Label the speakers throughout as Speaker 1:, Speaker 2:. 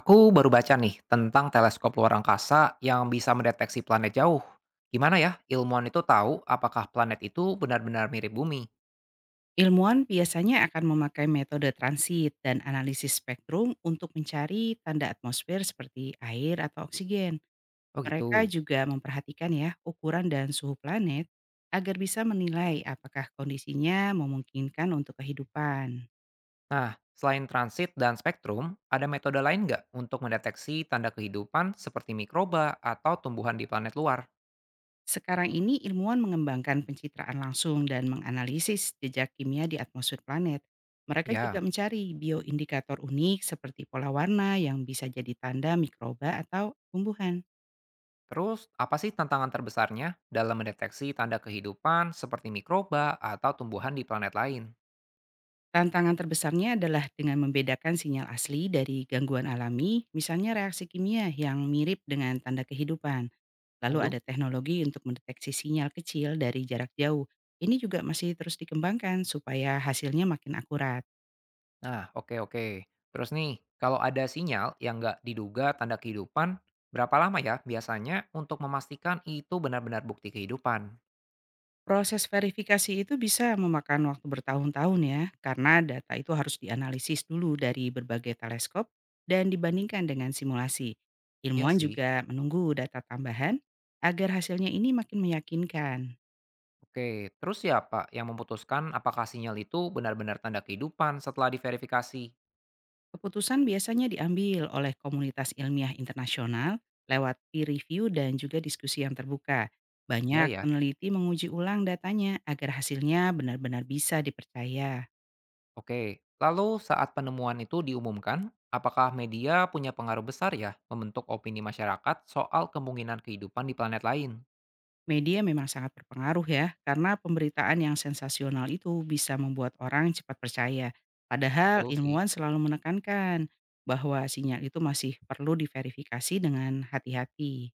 Speaker 1: Aku baru baca nih tentang teleskop luar angkasa yang bisa mendeteksi planet jauh. Gimana ya ilmuwan itu tahu apakah planet itu benar-benar mirip bumi?
Speaker 2: Ilmuwan biasanya akan memakai metode transit dan analisis spektrum untuk mencari tanda atmosfer seperti air atau oksigen.
Speaker 1: Oh
Speaker 2: Mereka
Speaker 1: gitu.
Speaker 2: juga memperhatikan ya ukuran dan suhu planet agar bisa menilai apakah kondisinya memungkinkan untuk kehidupan.
Speaker 1: Nah, selain transit dan spektrum, ada metode lain nggak untuk mendeteksi tanda kehidupan seperti mikroba atau tumbuhan di planet luar?
Speaker 2: Sekarang ini ilmuwan mengembangkan pencitraan langsung dan menganalisis jejak kimia di atmosfer planet. Mereka
Speaker 1: Ya,
Speaker 2: juga mencari bioindikator unik seperti pola warna yang bisa jadi tanda mikroba atau tumbuhan.
Speaker 1: terus apa sih tantangan terbesarnya dalam mendeteksi tanda kehidupan seperti mikroba atau tumbuhan di planet lain?
Speaker 2: Tantangan terbesarnya adalah dengan membedakan sinyal asli dari gangguan alami, misalnya reaksi kimia yang mirip dengan tanda kehidupan. Lalu ada
Speaker 1: Lalu?
Speaker 2: teknologi untuk mendeteksi sinyal kecil dari jarak jauh. Ini juga masih terus dikembangkan supaya hasilnya makin akurat.
Speaker 1: Nah, oke oke. Terus nih, kalau ada sinyal yang nggak diduga tanda kehidupan, berapa lama ya biasanya untuk memastikan itu benar-benar bukti kehidupan?
Speaker 2: Proses verifikasi itu bisa memakan waktu bertahun-tahun ya, karena data itu harus dianalisis dulu dari berbagai teleskop dan dibandingkan dengan simulasi.
Speaker 1: Ya
Speaker 2: Ilmuwan
Speaker 1: sih.
Speaker 2: juga menunggu data tambahan agar hasilnya ini makin meyakinkan.
Speaker 1: Oke, terus siapa yang memutuskan apakah sinyal itu benar-benar tanda kehidupan setelah diverifikasi?
Speaker 2: Keputusan biasanya diambil oleh komunitas ilmiah internasional lewat peer review dan juga diskusi yang terbuka.
Speaker 1: Ya
Speaker 2: Banyak
Speaker 1: ya,
Speaker 2: peneliti menguji ulang datanya agar hasilnya benar-benar bisa dipercaya.
Speaker 1: oke. Lalu saat penemuan itu diumumkan, apakah media punya pengaruh besar ya membentuk opini masyarakat soal kemungkinan kehidupan di planet lain?
Speaker 2: Media memang sangat berpengaruh ya, karena pemberitaan yang sensasional itu bisa membuat orang cepat percaya. Padahal
Speaker 1: Betul sih.
Speaker 2: ilmuwan selalu menekankan bahwa sinyal itu masih perlu diverifikasi dengan hati-hati.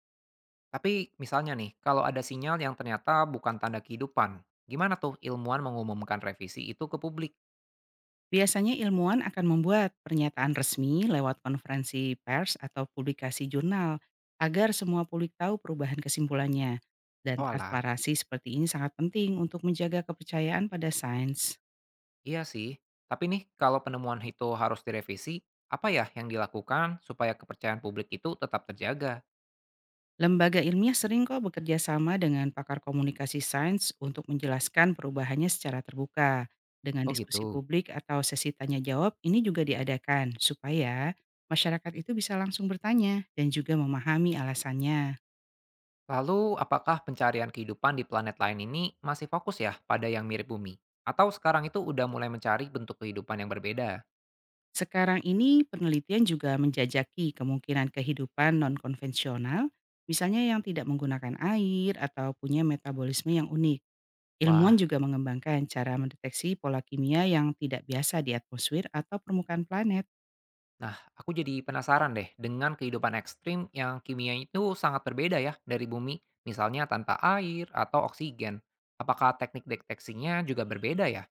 Speaker 1: Tapi misalnya nih, kalau ada sinyal yang ternyata bukan tanda kehidupan, gimana tuh ilmuwan mengumumkan revisi itu ke publik?
Speaker 2: Biasanya ilmuwan akan membuat pernyataan resmi lewat konferensi pers atau publikasi jurnal agar semua publik tahu perubahan kesimpulannya. Dan
Speaker 1: Oh alah,
Speaker 2: transparansi seperti ini sangat penting untuk menjaga kepercayaan pada sains.
Speaker 1: iya sih. Tapi nih, kalau penemuan itu harus direvisi, apa ya yang dilakukan supaya kepercayaan publik itu tetap terjaga?
Speaker 2: Lembaga ilmiah sering kok bekerja sama dengan pakar komunikasi sains untuk menjelaskan perubahannya secara terbuka. Dengan
Speaker 1: Oh
Speaker 2: diskusi
Speaker 1: gitu.
Speaker 2: publik atau sesi tanya jawab ini juga diadakan supaya masyarakat itu bisa langsung bertanya dan juga memahami alasannya.
Speaker 1: Lalu, apakah pencarian kehidupan di planet lain ini masih fokus ya pada yang mirip bumi? Atau sekarang itu udah mulai mencari bentuk kehidupan yang berbeda?
Speaker 2: Sekarang ini penelitian juga menjajaki kemungkinan kehidupan non-konvensional, misalnya yang tidak menggunakan air atau punya metabolisme yang unik. Ilmuwan
Speaker 1: Wah,
Speaker 2: juga mengembangkan cara mendeteksi pola kimia yang tidak biasa di atmosfer atau permukaan planet.
Speaker 1: nah, aku jadi penasaran deh dengan kehidupan ekstrim yang kimianya itu sangat berbeda ya dari bumi, misalnya tanpa air atau oksigen. Apakah teknik deteksinya juga berbeda ya?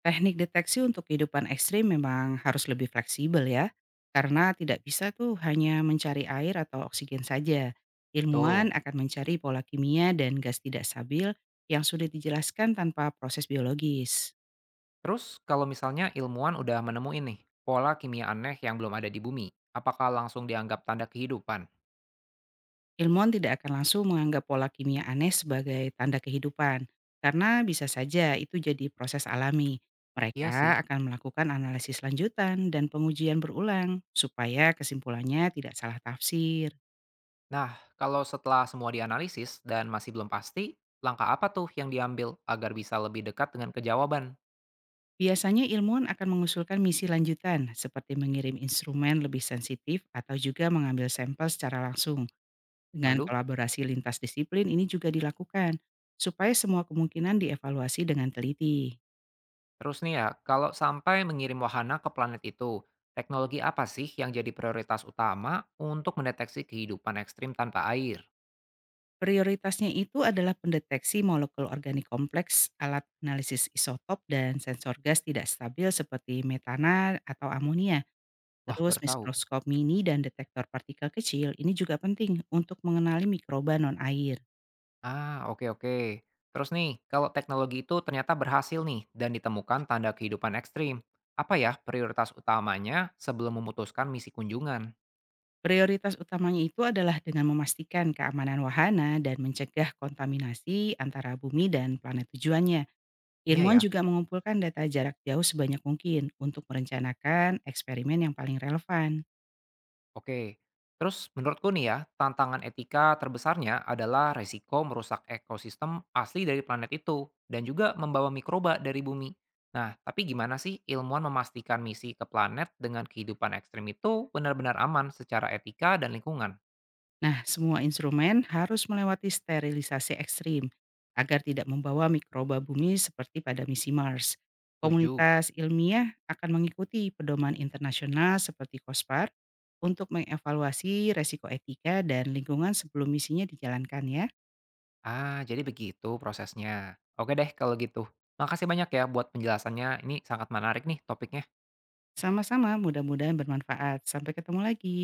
Speaker 2: Teknik deteksi untuk kehidupan ekstrim memang harus lebih fleksibel ya, karena tidak bisa tuh hanya mencari air atau oksigen saja.
Speaker 1: Tuh.
Speaker 2: Ilmuwan akan mencari pola kimia dan gas tidak stabil yang sulit dijelaskan tanpa proses biologis.
Speaker 1: Terus kalau misalnya ilmuwan udah menemuin nih pola kimia aneh yang belum ada di bumi, apakah langsung dianggap tanda kehidupan?
Speaker 2: Ilmuwan tidak akan langsung menganggap pola kimia aneh sebagai tanda kehidupan, karena bisa saja itu jadi proses alami.
Speaker 1: Iya sih.
Speaker 2: Mereka akan melakukan analisis lanjutan dan pengujian berulang, supaya kesimpulannya tidak salah tafsir.
Speaker 1: Nah, kalau setelah semua dianalisis dan masih belum pasti, langkah apa tuh yang diambil agar bisa lebih dekat dengan kejawaban?
Speaker 2: Biasanya ilmuwan akan mengusulkan misi lanjutan, seperti mengirim instrumen lebih sensitif atau juga mengambil sampel secara langsung. Dengan
Speaker 1: Lalu?
Speaker 2: kolaborasi lintas disiplin ini juga dilakukan, supaya semua kemungkinan dievaluasi dengan teliti.
Speaker 1: Terus nih ya, kalau sampai mengirim wahana ke planet itu, teknologi apa sih yang jadi prioritas utama untuk mendeteksi kehidupan ekstrim tanpa air?
Speaker 2: Prioritasnya itu adalah pendeteksi molekul organik kompleks, alat analisis isotop, dan sensor gas tidak stabil seperti metana atau amonia.
Speaker 1: Wah,
Speaker 2: Terus
Speaker 1: baru tahu.
Speaker 2: mikroskop mini dan detektor partikel kecil ini juga penting untuk mengenali mikroba non-air.
Speaker 1: Ah, oke oke. Terus nih, kalau teknologi itu ternyata berhasil nih dan ditemukan tanda kehidupan ekstrim, apa ya prioritas utamanya sebelum memutuskan misi kunjungan?
Speaker 2: Prioritas utamanya itu adalah dengan memastikan keamanan wahana dan mencegah kontaminasi antara bumi dan planet tujuannya.
Speaker 1: Iya
Speaker 2: Ilmuwan
Speaker 1: ya.
Speaker 2: juga mengumpulkan data jarak jauh sebanyak mungkin untuk merencanakan eksperimen yang paling relevan.
Speaker 1: Oke, terus menurutku nih ya, tantangan etika terbesarnya adalah resiko merusak ekosistem asli dari planet itu dan juga membawa mikroba dari bumi. Nah, tapi gimana sih ilmuwan memastikan misi ke planet dengan kehidupan ekstrim itu benar-benar aman secara etika dan lingkungan?
Speaker 2: Nah, semua instrumen harus melewati sterilisasi ekstrim agar tidak membawa mikroba bumi seperti pada misi Mars.
Speaker 1: Tujuh.
Speaker 2: Komunitas ilmiah akan mengikuti pedoman internasional seperti COSPAR untuk mengevaluasi resiko etika dan lingkungan sebelum misinya dijalankan ya.
Speaker 1: Ah, jadi begitu prosesnya. Oke deh kalau gitu. Makasih banyak ya buat penjelasannya, ini sangat menarik nih topiknya.
Speaker 2: Sama-sama, mudah-mudahan bermanfaat. Sampai ketemu lagi.